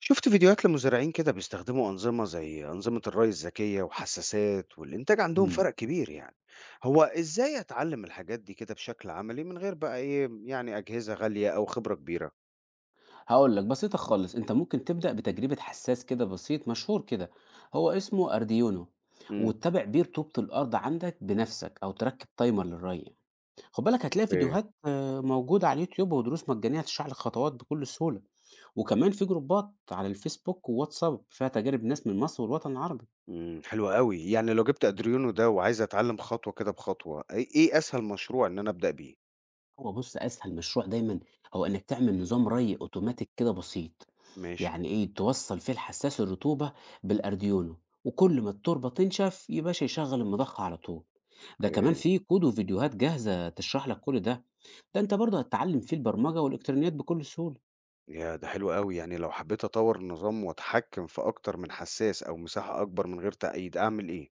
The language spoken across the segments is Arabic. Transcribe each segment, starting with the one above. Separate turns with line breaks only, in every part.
شفت فيديوهات لمزارعين كده بيستخدموا أنظمة زي أنظمة الري الذكية وحساسات والإنتاج عندهم
إمم،
فرق كبير يعني. هو إزاي أتعلم الحاجات دي كده بشكل عملي من غير بقى إيه يعني أجهزة غالية أو خبرة كبيرة؟
هاقول لك بسيطة خالص. أنت ممكن تبدأ بتجربة حساس كده بسيط مشهور كده، هو اسمه أرديونو.
امم
وتتابع بيه رطوبة الأرض عندك بنفسك أو تركب تايمر للري. خد بالك هتلاقي
اوكي.
فيديوهات موجودة على اليوتيوب ودروس مجانية هتشرح لك خطوات بكل سهولة. وكمان في جروبات على الفيسبوك وواتساب فيها تجارب ناس من مصر والوطن العربي.
امم، حلو قوي، يعني لو جبت أدريونو ده وعايز أتعلم خطوة كده بخطوة إيه أسهل مشروع إن أنا أبدأ بيه؟
هو بُص أسهل مشروع دايمًا هو إنك تعمل نظام ري أوتوماتيك كده بسيط،
ماشي.
يعني إيه توصّل فيه الحساس الرطوبة بالأردوينو. وكل ما التربة تنشف يا باشا يشغّل المضخة على طول. ده كمان
اوكي.
في كود وفيديوهات جاهزة تشرح لك كل ده. ده أنت برضه هتتعلم فيه البرمجة والإلكترونيات بكل سهولة.
يا ده حلو قوي، يعني لو حبيت أطور النظام وأتحكم في أكتر من حساس أو مساحة أكبر من غير تأييد أعمل إيه؟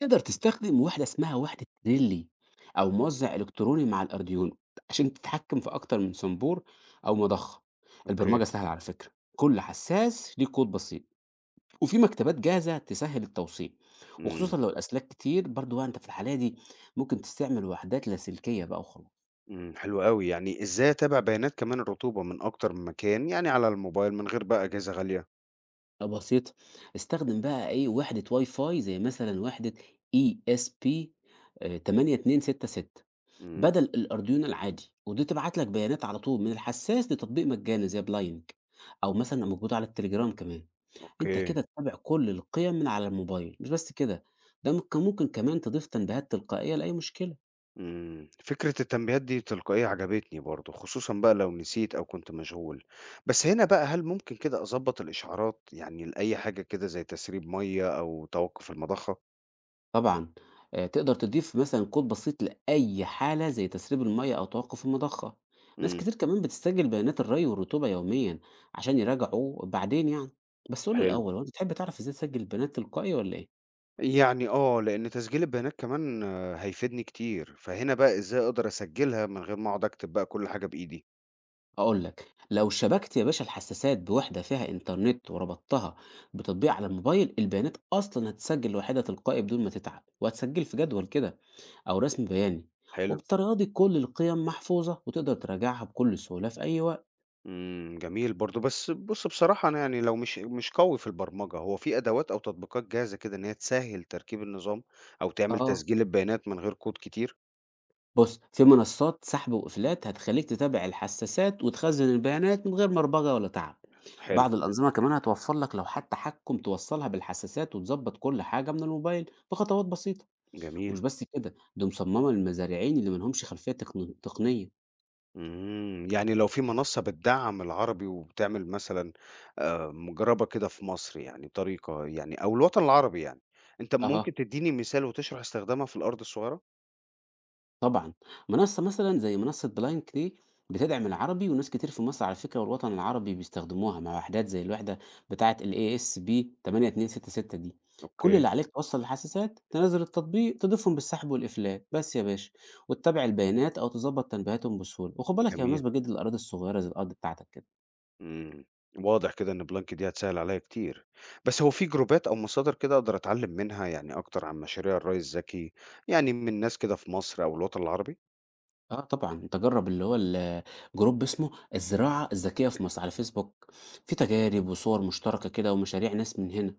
تقدر تستخدم وحدة اسمها وحدة ريلي أو موزع إلكتروني مع الأردوينو عشان تتحكم في أكتر من صنبور أو مضخة.
اوكي.
البرمجة سهلة على فكرة، كل حساس ليه كود بسيط. وفي مكتبات جاهزة تسهّل التوصيل.
امم.
وخصوصًا لو الأسلاك كتير برضه بقى أنت في الحالة دي ممكن تستعمل وحدات لاسلكية بقى وخلاص.
إمم، حلو أوي، يعني إزاي أتابع بيانات كمان الرطوبة من أكتر من مكان، يعني على الموبايل من غير بقى أجهزة غالية؟
بسيطة. استخدم بقى إيه وحدة واي فاي زي مثلًا وحدة ESP 8266
إمم،
بدل الأردوينو العادي. ودي تبعت لك بيانات على طول من الحساس لتطبيق مجاني زي بلاينك أو
أو
مثلًا موجودة على التليجرام كمان. أنت
أوكي.
كده تتابع كل القيم من على الموبايل، مش بس كده، ده ممكن كمان تضيف تنبيهات تلقائية لأي مشكلة.
فكرة التنبيهات دي تلقائية عجبتني برضه، خصوصًا بقى لو نسيت أو كنت مشغول. بس هنا بقى هل ممكن كده أضبط الإشعارات يعني لأي حاجة كده زي تسريب مَيّة أو توقف المضخة؟
طبعًا. تقدر تضيف مثلًا كود بسيط لأي حالة زي تسريب المَيَّة أو توقف المضخة. ناس
إمم،
كتير كمان بتسجل بيانات الري والرطوبة يوميًا عشان يراجعوا بعدين يعني. بس قُل لي
حلو،
الأول، هو أنت تحب تعرف إزاي تسجل البيانات تلقائي والّا إيه؟
يعني آه، لأن تسجيل البيانات كمان آه، هيفيدني كتير، فهنا بقى إزاي أقدر أسجلها من غير ما أقعد أكتب بقى كل حاجة بإيدي؟
هاقول لك، لو شبكت يا باشا الحساسات بوحدة فيها إنترنت وربطتها بتطبيق على الموبايل، البيانات أصلًا هتتسجل لوحدها تلقائي بدون ما تتعب. وهتسجل في جدول كده أو رسم بياني.
حلو.
وبالطريقة دي كل القيم محفوظة وتقدر تراجعها بكل سهولة في أي وقت.
إمم، جميل برضه. بس بُص بصراحة أنا يعني لو مش قوي في البرمجة، هو في أدوات أو تطبيقات جاهزة كده إن هي تسهّل تركيب النظام أو تعمل
آه.
تسجيل البيانات من غير كود كتير؟
بُص، في منصات سحب وقفلات هتخلّيك تتابع الحساسات وتخزّن البيانات من غير مربجة ولا تعب.
حلو.
بعض الأنظمة كمان هتوفّر لك لوحات تحكم توصّلها بالحساسات وتضبّط كل حاجة من الموبايل بخطوات بسيطة.
جميل.
ومش بس كده، دي مصممة للمزارعين اللي ما لهمش خلفية تقنية.
إمم، يعني لو في منصة بتدعّم العربي وبتعمل مثلًا مجرّبة كده في مصر يعني طريقة يعني أو الوطن العربي يعني، أنت
أها.
ممكن تدّيني مثال وتشرح استخدامها في الأرض الصغيرة؟
طبعًا. منصة مثلًا زي منصة بلانك دي بتدعم العربي وناس كتير في مصر على فكرة والوطن العربي بيستخدموها مع وحدات زي الوحدة بتاعة الASB8266 دي. كل
أوكي.
اللي عليك توصّل الحساسات، تنزّل التطبيق، تضيفهم بالسحب والإفلات، بس يا باشا. وتتابع البيانات أو تضبّط تنبيهاتهم بسهولة. وخُد بالك هي
جميل.
مناسبة جدًا للأراضي الصغيرة زي الأرض بتاعتك كده.
إمم، واضح كده إن بلانك دي هتسهّل عليّا كتير. بس هو في جروبات أو مصادر كده أقدر أتعلّم منها يعني أكتر عن مشاريع الري الذكي، يعني من ناس كده في مصر أو الوطن العربي؟
آه طبعًا، أنت جرّب اللي هو ال جروب اسمه الزراعة الذكية في مصر على فيسبوك. في تجارب وصور مشتركة كده ومشاريع ناس من هنا.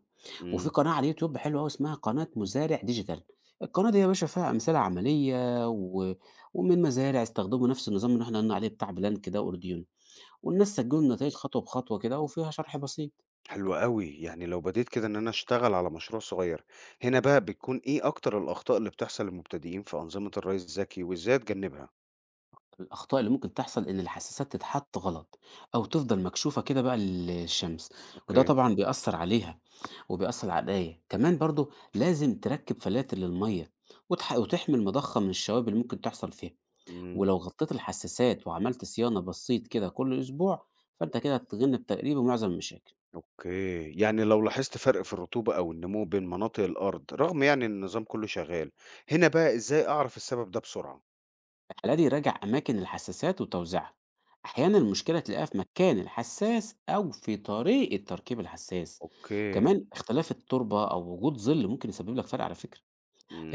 وفي
إمم.
قناة على اليوتيوب حلوة أوي اسمها قناة مزارع ديجيتال. القناة دي يا باشا فيها أمثلة عملية ومن مزارع استخدموا نفس النظام اللي إحنا قلنا عليه بتاع بلان كده وأورديون. والناس سجلوا النتايج خطوة بخطوة كده وفيها شرح بسيط.
حلو أوي، يعني لو بديت كده إن أنا أشتغل على مشروع صغير، هنا بقى بتكون إيه أكتر الأخطاء اللي بتحصل للمبتدئين في أنظمة الري الذكي وإزاي أتجنّبها؟
الأخطاء اللي ممكن تحصل إن الحساسات تتحط غلط أو تفضل مكشوفة كده بقى للشمس. وده
أوكي.
طبعا بيأثر عليها وبيأثر على القراية كمان. برضو لازم تركب فلاتر للمية وتحمي المضخة من الشوائب اللي ممكن تحصل فيها.
إمم.
ولو غطيت الحساسات وعملت صيانة بسيط كده كل أسبوع فأنت كده هتتجنب تقريبا معظم المشاكل.
أوكي، يعني لو لاحظت فرق في الرطوبة أو النمو بين مناطق الأرض رغم يعني إن النظام كُلّه شغال، هنا بقى إزاي أعرف السبب ده بسرعة؟
الحالة دي راجع أماكن الحساسات وتوزيعها. أحيانا المشكلة تلاقيها في مكان الحساس أو في طريقة تركيب الحساس.
أوكي.
كمان اختلاف التربة أو وجود ظل ممكن يسبب لك فرق على فكرة.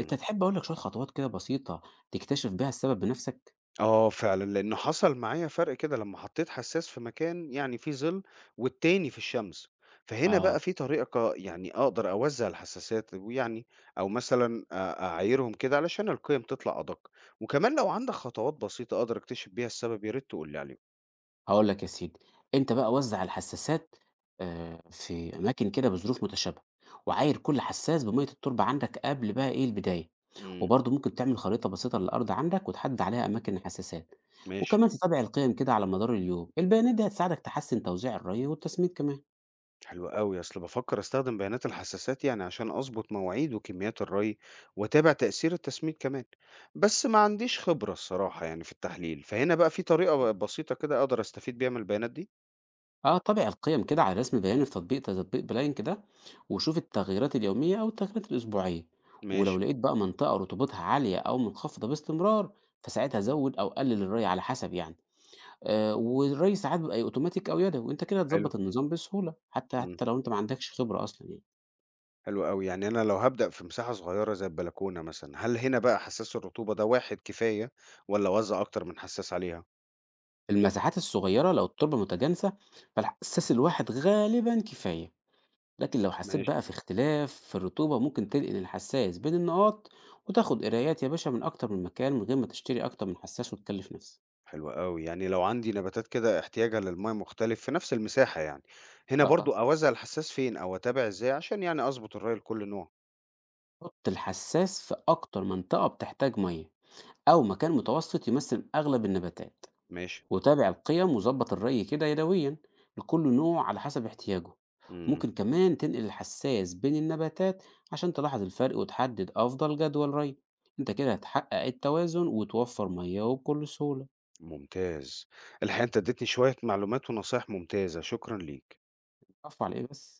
أنت تحب أقول لك شوية خطوات كده بسيطة تكتشف بيها السبب بنفسك؟
آه فعلًا، لإنه حصل معايا فرق كده لمّا حطيت حساس في مكان يعني فيه ظِل والتاني في الشمس، فهنا بقى
آه.
في طريقة يعني أقدر أوزّع الحساسات ويعني أو مثلًا أعايرهم كده علشان القيم تطلع أدق، وكمان لو عندك خطوات بسيطة أقدر أكتشف بيها السبب يا ريت تقول لي عليهم.
هاقول لك يا سيدي، أنت بقى وزّع الحسّاسات في أماكن كده بظروف متشابهة. وعاير كل حسّاس بمَيّة التربة عندك قبل بقى إيه البداية.
إمم.
وبرضه ممكن تعمل خريطة بسيطة للأرض عندك وتحدد عليها أماكن الحساسات.
ماشي.
وكمان تتابع القيم كده على مدار اليوم، البيانات دي هتساعدك تحسّن توزيع الري والتسميد كمان.
حلو قوي، اصل بفكر استخدم بيانات الحساسات يعني عشان اظبط مواعيد وكميات الري واتابع تأثير التسميد كمان، بس ما عنديش خبرة الصراحة يعني في التحليل، فهنا بقى في طريقة بسيطة كده اقدر استفيد بيها من البيانات دي؟
آه. طابع القيم كده على رسم بياني في تطبيق بلاين كده. وشوف التغييرات اليومية أو التغييرات الأسبوعية. ولو
ماشي.
لقيت بقى منطقة رطوبتها عالية أو منخفضة باستمرار، فساعتها زوّد أو قلل الري على حسب يعني. والري ساعات بيبقى يا أوتوماتيك أو يدوي، وأنت كده
حلو.
هتضبّط النظام بسهولة، حتى
امم.
حتى لو أنت ما عندكش خبرة أصلًا يعني.
حلو قوي، يعني انا لو هبدأ في مساحة صغيرة زي البلكونة مثلا، هل هنا بقى حساس الرطوبة ده واحد كفاية ولا اوزع اكتر من حساس عليها؟
المساحات الصغيرة لو التربة متجانسة، فالحسّاس الواحد غالبًا كفاية. لكن لو حسيت
ماشي.
بقى في اختلاف في الرطوبة ممكن تنقل الحسّاس بين النقاط. وتاخد قرايات يا باشا من أكتر من مكان من غير ما تشتري أكتر من حسّاس وتكلّف نفسك.
حلو أوي، يعني لو عندي نباتات كده احتياجها للمَيّة مختلف في نفس المساحة يعني، هنا
آه،
برضو
آه.
أوزّع الحساس فين أو أتابع إزاي عشان يعني أضبط الري لكل نوع؟
حُط الحسّاس في أكتر منطقة بتحتاج مَيّة، أو مكان متوسط يمثّل أغلب النباتات.
ماشي.
وتابع القيم وظبط الري كده يدويا لكل نوع على حسب احتياجه.
إمم.
ممكن كمان تنقل الحساس بين النباتات عشان تلاحظ الفرق وتحدد أفضل جدول ري. انت كده هتحقق التوازن وتوفر مياه وبكل سهولة.
ممتاز. الحقيقة أنت اديتني شوية معلومات ونصايح ممتازة، شكرًا ليك.
عفوا على ايه بس